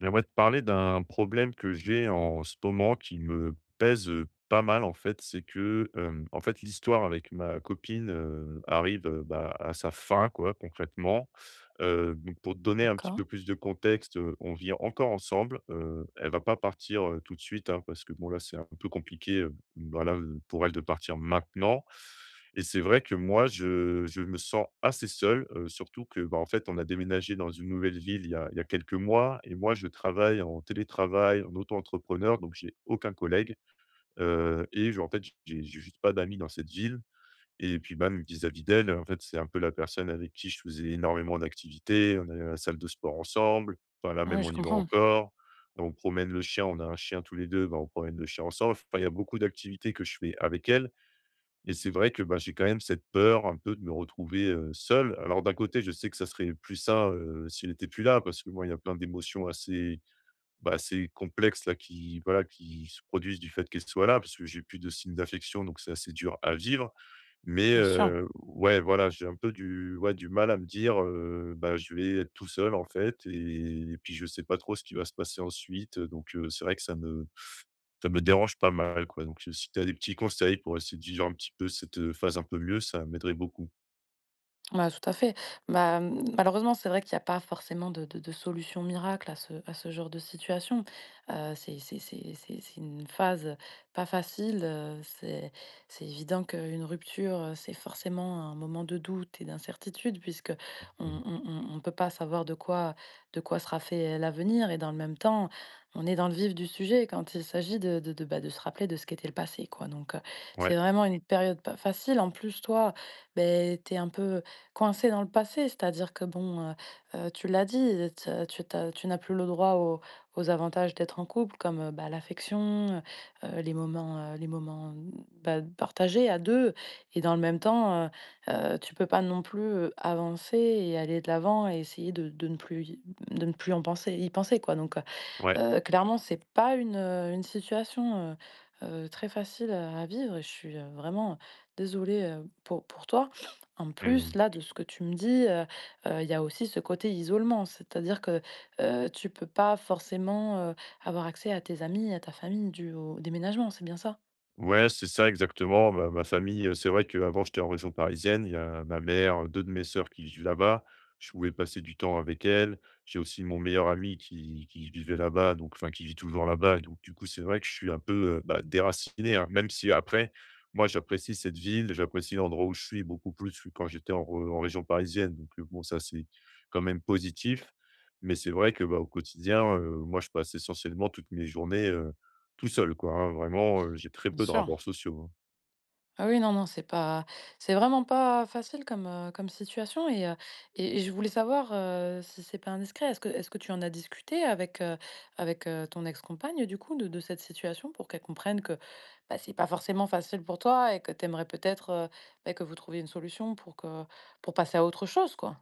J'aimerais te parler d'un problème que j'ai en ce moment qui me pèse pas mal en fait, c'est que en fait l'histoire avec ma copine arrive bah, à sa fin quoi concrètement. Donc pour te donner un petit D'accord. peu plus de contexte, on vit encore ensemble. Elle va pas partir tout de suite hein, parce que bon là c'est un peu compliqué voilà, pour elle de partir maintenant. Et c'est vrai que moi, je me sens assez seul, surtout que, bah, en fait, on a déménagé dans une nouvelle ville il y a quelques mois et moi, je travaille en télétravail, en auto-entrepreneur, donc j'ai aucun collègue. Et je en fait, j'ai juste pas d'amis dans cette ville, et puis même vis-à-vis d'elle, en fait, c'est un peu la personne avec qui je faisais énormément d'activités. On allait à la salle de sport ensemble, enfin, là, Ah oui, même, on je y va comprends, encore. On promène le chien, on a un chien tous les 2. Bah, on promène le chien ensemble. Enfin, il y a beaucoup d'activités que je fais avec elle et c'est vrai que, bah, j'ai quand même cette peur un peu de me retrouver, seul. Alors d'un côté, je sais que ça serait plus ça, s'il était plus là, parce que moi, il y a plein d'émotions assez, bah, assez complexes là qui, voilà, qui se produisent du fait qu'elle soit là, parce que j'ai plus de signes d'affection, donc c'est assez dur à vivre. Mais, bien sûr. Ouais, voilà, j'ai un peu du mal à me dire, bah, je vais être tout seul en fait, et puis je sais pas trop ce qui va se passer ensuite, donc, c'est vrai que ça me dérange pas mal, quoi, donc, si tu as des petits conseils pour essayer de vivre un petit peu cette, phase un peu mieux, ça m'aiderait beaucoup. Bah, tout à fait. Bah, mmh, malheureusement, c'est vrai qu'il y a pas forcément de solution miracle à ce genre de situation. C'est une phase pas facile, c'est évident qu'une rupture, c'est forcément un moment de doute et d'incertitude puisque Mmh. on peut pas savoir de quoi sera fait l'avenir et dans le même temps, on est dans le vif du sujet quand il s'agit de de, bah, de se rappeler de ce qu'était le passé, quoi. Ouais, C'est vraiment une période pas facile. En plus, toi, ben t'es un peu coincé dans le passé, c'est-à-dire que bon, tu l'as dit, tu n'as plus le droit aux avantages d'être en couple comme, bah, l'affection, les moments, les moments, bah, partagés à 2, et dans le même temps, tu peux pas non plus, avancer et aller de l'avant et essayer de ne plus en penser y penser, quoi. Ouais. Clairement, c'est pas une, une situation, très facile à vivre et je suis, vraiment désolée, pour toi. En plus, Mmh. là, de ce que tu me dis, il y a aussi ce côté isolement. C'est-à-dire que, tu peux pas forcément, avoir accès à tes amis, à ta famille due au déménagement, c'est bien ça? Ouais, c'est ça exactement. Ma famille, c'est vrai qu'avant j'étais en région parisienne. Il y a ma mère, 2 de mes sœurs qui vivent là-bas. Je pouvais passer du temps avec elles. J'ai aussi mon meilleur ami qui vivait là-bas, donc enfin qui vit toujours là-bas. Donc du coup, c'est vrai que je suis un peu, bah, déraciné, hein. Même si après, moi j'apprécie cette ville, j'apprécie l'endroit où je suis beaucoup plus que quand j'étais en région parisienne. Donc, bon ça c'est quand même positif. Mais c'est vrai que, bah, au quotidien, moi je passe essentiellement toutes mes journées tout seul quoi, hein, vraiment, j'ai très Bien peu de rapports sûr. sociaux, hein. Ah oui, non, non, c'est vraiment pas facile comme, comme situation. Et je voulais savoir, si c'est pas indiscret, est-ce que tu en as discuté avec, ton ex-compagne, du coup, de cette situation pour qu'elle comprenne que, bah, c'est pas forcément facile pour toi et que tu aimerais peut-être, bah, que vous trouviez une solution pour passer à autre chose, quoi?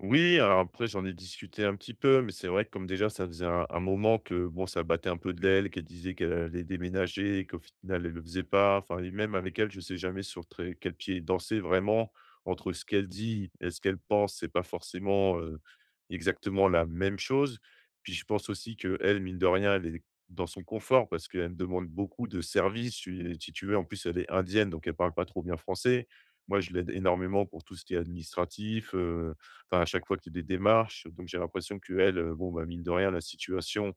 Oui, alors après j'en ai discuté un petit peu, mais c'est vrai que comme déjà ça faisait un moment que bon, ça battait un peu de l'aile, qu'elle disait qu'elle allait déménager et qu'au final elle le faisait pas. Enfin, et même avec elle, je sais jamais sur très quel pied danser vraiment, entre ce qu'elle dit et ce qu'elle pense, c'est pas forcément, exactement la même chose. Puis je pense aussi que elle, mine de rien, elle est dans son confort parce qu'elle me demande beaucoup de services, si tu veux. En plus elle est indienne, donc elle parle pas trop bien français. Moi je l'aide énormément pour tout ce qui est administratif. Enfin, à chaque fois qu'il y a des démarches, donc j'ai l'impression qu'elle, bon, bah, mine de rien, la situation,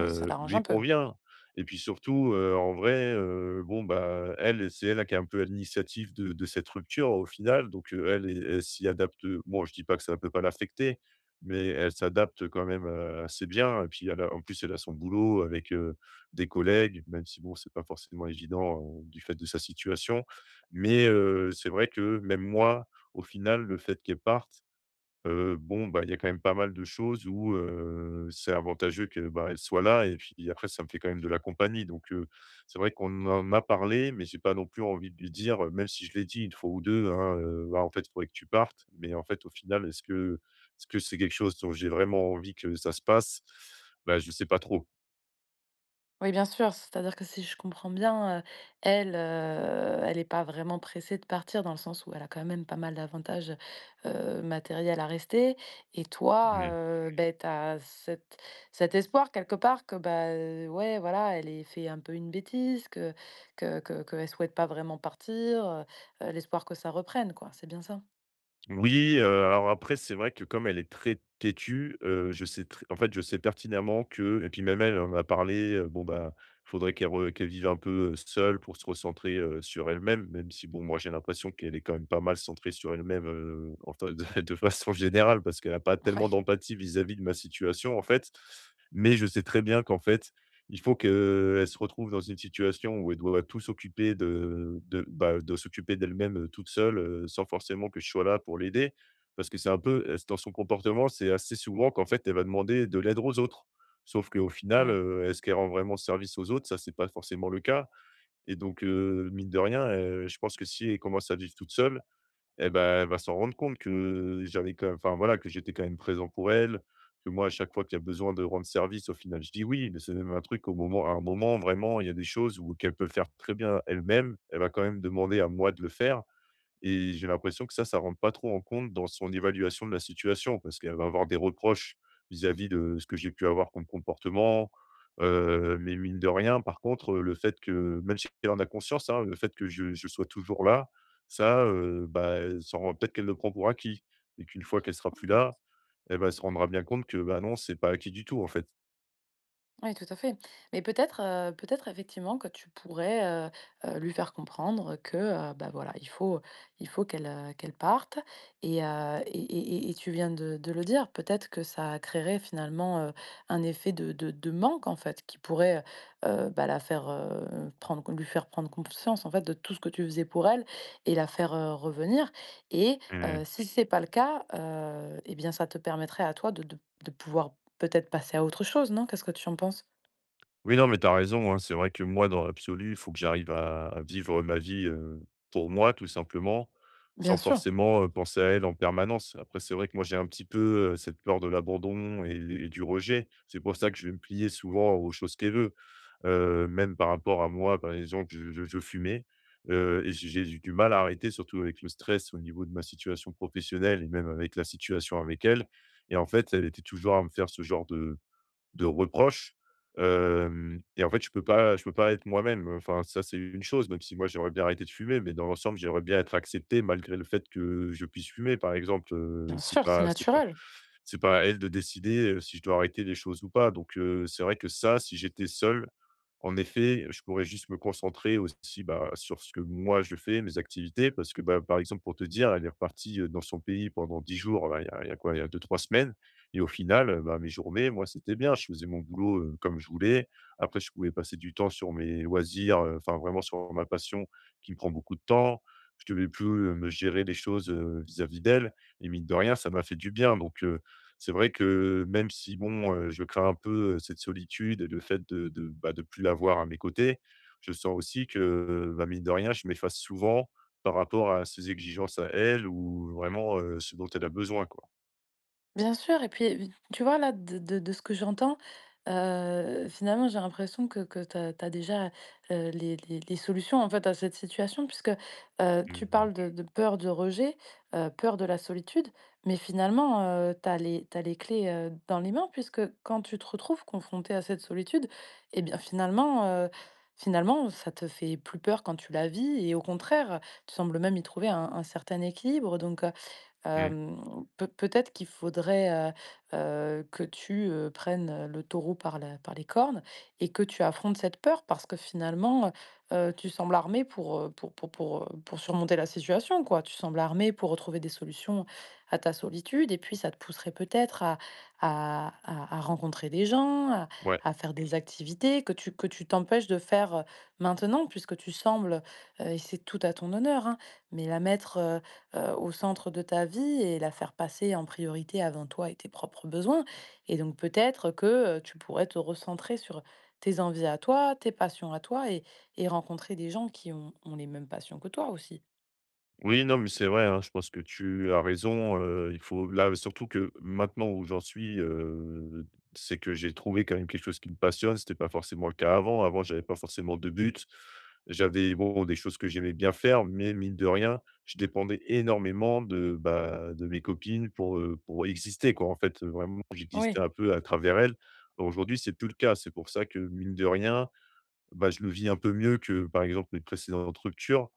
Et ça l'arrange lui un peu. convient, et puis surtout, en vrai, bon, bah, elle, c'est elle qui est un peu à l'initiative de cette rupture au final. Donc, elle, elle s'y adapte, bon, je dis pas que ça ne peut pas l'affecter, mais elle s'adapte quand même, assez bien, et puis elle a, en plus, elle a son boulot avec, des collègues, même si bon, c'est pas forcément évident, du fait de sa situation, mais c'est vrai que même moi, au final, le fait qu'elle parte, bon, bah, il y a quand même pas mal de choses où, c'est avantageux que, bah, elle soit là et puis après ça me fait quand même de la compagnie. Donc, c'est vrai qu'on en a parlé, mais j'ai pas non plus envie de lui dire, même si je l'ai dit une fois ou 2, hein, «Bah, en fait, il faudrait que tu partes». Mais en fait, au final, est-ce que c'est quelque chose dont j'ai vraiment envie que ça se passe? Bah, je sais pas trop. Oui, bien sûr, c'est-à-dire que si je comprends bien, elle, elle n'est pas vraiment pressée de partir dans le sens où elle a quand même pas mal d'avantages, matériels à rester, et toi, beh, tu as cet espoir quelque part que, bah, ouais, voilà, elle ait fait un peu une bêtise, que qu'elle souhaite pas vraiment partir, l'espoir que ça reprenne, quoi, c'est bien ça? Oui, alors après, c'est vrai que comme elle est très têtue, je sais très en fait, je sais pertinemment que, et puis même elle, elle en a parlé, bon, bah, faudrait qu'elle vive un peu, seule pour se recentrer, sur elle-même, même si bon, moi, j'ai l'impression qu'elle est quand même pas mal centrée sur elle-même, en fa de façon générale, parce qu'elle n'a pas tellement d'empathie vis-à-vis de ma situation, en fait. Mais je sais très bien qu'en fait, il faut qu'elle se retrouve dans une situation où elle doit tout s'occuper de s'occuper d'elle-même, toute seule, sans forcément que je sois là pour l'aider. Parce que c'est un peu, dans son comportement, c'est assez souvent qu'en fait, elle va demander de l'aide aux autres. Sauf qu'au final, ouais, est-ce qu'elle rend vraiment service aux autres? Ça, c'est pas forcément le cas, et donc, mine de rien, je pense que si elle commence à vivre toute seule, et ben elle va s'en rendre compte que j'avais quand même, enfin voilà, que j'étais quand même présent pour elle, que moi, à chaque fois qu'il y a besoin de rendre service, au final, je dis oui. Mais c'est même un truc au moment à un moment, vraiment, il y a des choses où qu'elle peut faire très bien elle-même. Elle va quand même demander à moi de le faire. Et j'ai l'impression que ça rentre pas trop en compte dans son évaluation de la situation, parce qu'elle va avoir des reproches vis-à-vis de ce que j'ai pu avoir comme comportement. Mais mine de rien, par contre, le fait que, même si elle en a conscience, hein, le fait que je sois toujours là, ça, bah, elle s'en rend, peut-être qu'elle le prend pour acquis, et qu'une fois qu'elle sera plus ouais. là, eh ben, elle se rendra bien compte que, bah, non, c'est pas acquis du tout, en Oui, tout à fait. Mais peut-être, peut-être effectivement que tu pourrais, lui faire comprendre que, bah, voilà, il faut qu'elle, qu'elle parte, et tu viens de le dire, peut-être que ça créerait finalement, un effet de manque, en fait, qui pourrait, bah, la faire, prendre lui faire prendre conscience, en fait, de tout ce que tu faisais pour elle et la faire, revenir. et fait. Si c'est pas le cas, heu, et bien, ça te permettrait à toi de pouvoir peut-être passer à autre chose, non? Qu'est-ce que tu en penses? Oui, non, mais t'as raison, hein. C'est vrai que moi, dans l'absolu, il faut que j'arrive à vivre ma vie, pour moi, tout simplement, Bien sans sûr, forcément, penser à elle en permanence. Après, c'est vrai que moi, j'ai un petit peu, cette peur de l'abandon et du rejet. C'est pour ça que je vais me plier souvent aux choses qu'elle veut. Même par rapport à moi, par exemple, je fumais, et j'ai eu du mal à arrêter, surtout avec le stress au niveau de ma situation professionnelle et même avec la situation avec elle. Et en fait, elle était toujours à me faire ce genre de reproches. Hem Et en fait, je peux pas être moi-même. Enfin, ça, c'est une chose, même si moi, j'aimerais bien arrêter de fumer, mais dans l'ensemble, j'aimerais bien être accepté malgré le fait que je puisse fumer, par exemple. Bien c'est sûr, c'est pas c'est pas naturel. c'est pas à elle de décider, si je dois arrêter les choses ou pas. Donc, c'est vrai que ça, si j'étais seul, en effet, je pourrais juste me concentrer aussi, bah, sur ce que moi je fais, mes activités. Parce que, bah, par exemple, pour te dire, elle est repartie, dans son pays pendant 10 jours. Bah, il y a quoi? Il y a 2 3 semaines, et au final, bah, mes journées, moi, c'était bien. Je faisais mon boulot, comme je voulais. Après, je pouvais passer du temps sur mes loisirs, enfin, vraiment sur ma passion, qui me prend beaucoup de temps. Je devais plus, me gérer les choses, vis-à-vis d'elle, et mine de rien, ça m'a fait du bien. Donc, c'est vrai que même si bon, je crains un peu, cette solitude et le fait de plus l'avoir à mes côtés, je sens aussi que, bah, mine de rien, je m'efface souvent par rapport à ses exigences à elle, ou vraiment, ce dont elle a besoin quoi. Bien sûr et puis, tu vois, là, de ce que j'entends, finalement, j'ai l'impression que tu as déjà, les solutions, en fait, à cette situation puisque, Mmh tu mh. parles de peur de rejet, peur de la solitude, mais finalement, tu as les t'as les clés, dans les mains puisque quand tu te retrouves confronté à cette solitude, et bien, finalement, ça te fait plus peur quand tu la vis et au contraire, tu sembles même y trouver un certain équilibre donc, Mmh. Hem, peut-être qu'il faudrait, que tu, prennes le taureau par la par les cornes et que tu affrontes cette peur parce que finalement, heu, tu sembles armé pour, pour surmonter la situation, quoi. Tu sembles armé pour retrouver des solutions à ta solitude et puis ça te pousserait peut-être à à rencontrer des gens, Ouais. à faire des activités que tu t'empêches de faire, maintenant, puisque tu sembles, et c'est tout à ton honneur, hein, mais la mettre, au centre de ta vie et la faire passer en priorité avant toi et tes propres besoins, et donc peut-être que, tu pourrais te recentrer sur tes envies à toi, tes passions à toi, et rencontrer des gens qui ont les mêmes passions que toi aussi. Oui, non, mais c'est vrai, hein, je pense que tu as raison. Il faut là, surtout que maintenant où j'en suis, c'est que j'ai trouvé quand même quelque chose qui me passionne. C'était pas forcément le cas avant. Avant, j'avais pas forcément de but. J'avais, bon, des choses que j'aimais bien faire, mais mine de rien, je dépendais énormément de mes copines pour, pour exister quoi. En fait, vraiment, j'existais Oui, un peu à travers elles. Aujourd'hui, c'est plus le cas. C'est pour ça que, mine de rien, bah, je le vis un peu mieux que, par exemple, mes précédentes ruptures.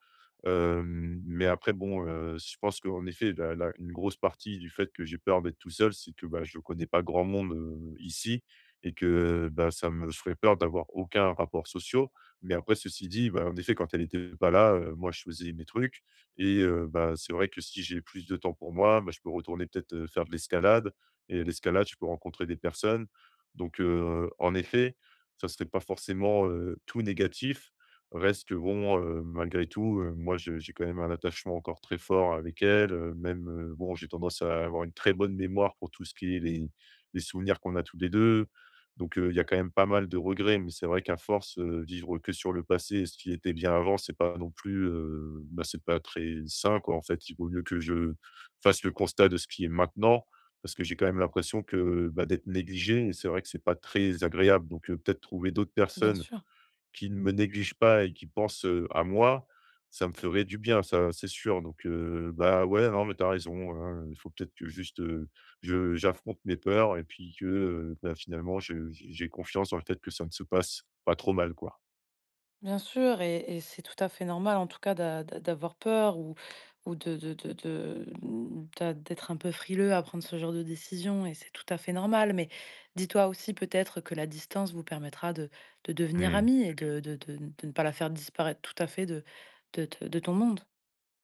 Mais après, bon, je pense qu'en effet, la la une grosse partie du fait que j'ai peur d'être tout seul, c'est que, bah, je ne connais pas grand monde, ici, et que, bah, ça me ferait peur d'avoir aucun rapport social. Mais après, ceci dit, bah, en effet, quand elle était pas là, moi je faisais mes trucs. Et bah, c'est vrai que si j'ai plus de temps pour moi, bah, je peux retourner peut-être, faire de l'escalade, et l'escalade, je peux rencontrer des personnes. Donc, en effet, ça serait pas forcément, tout négatif. Reste que bon, malgré tout, moi je j'ai quand même un attachement encore très fort avec elle, même, bon, j'ai tendance à avoir une très bonne mémoire pour tout ce qui est les souvenirs qu'on a tous les 2. Donc, il y a quand même pas mal de regrets, mais c'est vrai qu'à force, vivre que sur le passé et ce qui était bien avant, c'est pas non plus, bah, c'est pas très sain, quoi, en fait. Il vaut mieux que je fasse le constat de ce qui est maintenant, parce que j'ai quand même l'impression que, bah, d'être négligé, et c'est vrai que c'est pas très agréable. Donc, peut-être trouver d'autres bien personnes sûr. qui ne me négligent pas et qui pensent, à moi, ça me ferait du bien, ça, c'est sûr. Donc, bah, ouais, non, mais t'as raison, hein, il faut peut-être que juste, je j'affronte mes peurs, et puis que, bah, finalement je j'ai confiance dans le fait que ça ne se passe pas trop mal, quoi. Bien sûr et c'est tout à fait normal en tout cas d'avoir peur ou de mmh, d'être un peu frileux à prendre ce genre de décision et c'est tout à fait normal. Mais dis-toi aussi peut-être que la distance vous permettra de devenir Mmh. amis et de ne pas la faire disparaître tout à fait de te de ton monde.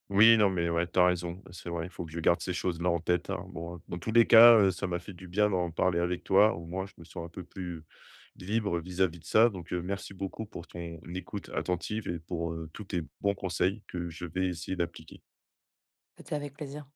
Oui, non, mais ouais, t'as raison. Bah, c'est vrai, il faut que je garde ces choses-là en tête, hein. Bon, dans tous les cas, ça m'a fait du bien d'en parler avec toi. Au moins, je me sens un peu plus libre vis-à-vis de ça. Donc, merci beaucoup pour ton écoute attentive et pour, tous tes bons conseils que je vais essayer d'appliquer. C'était avec plaisir.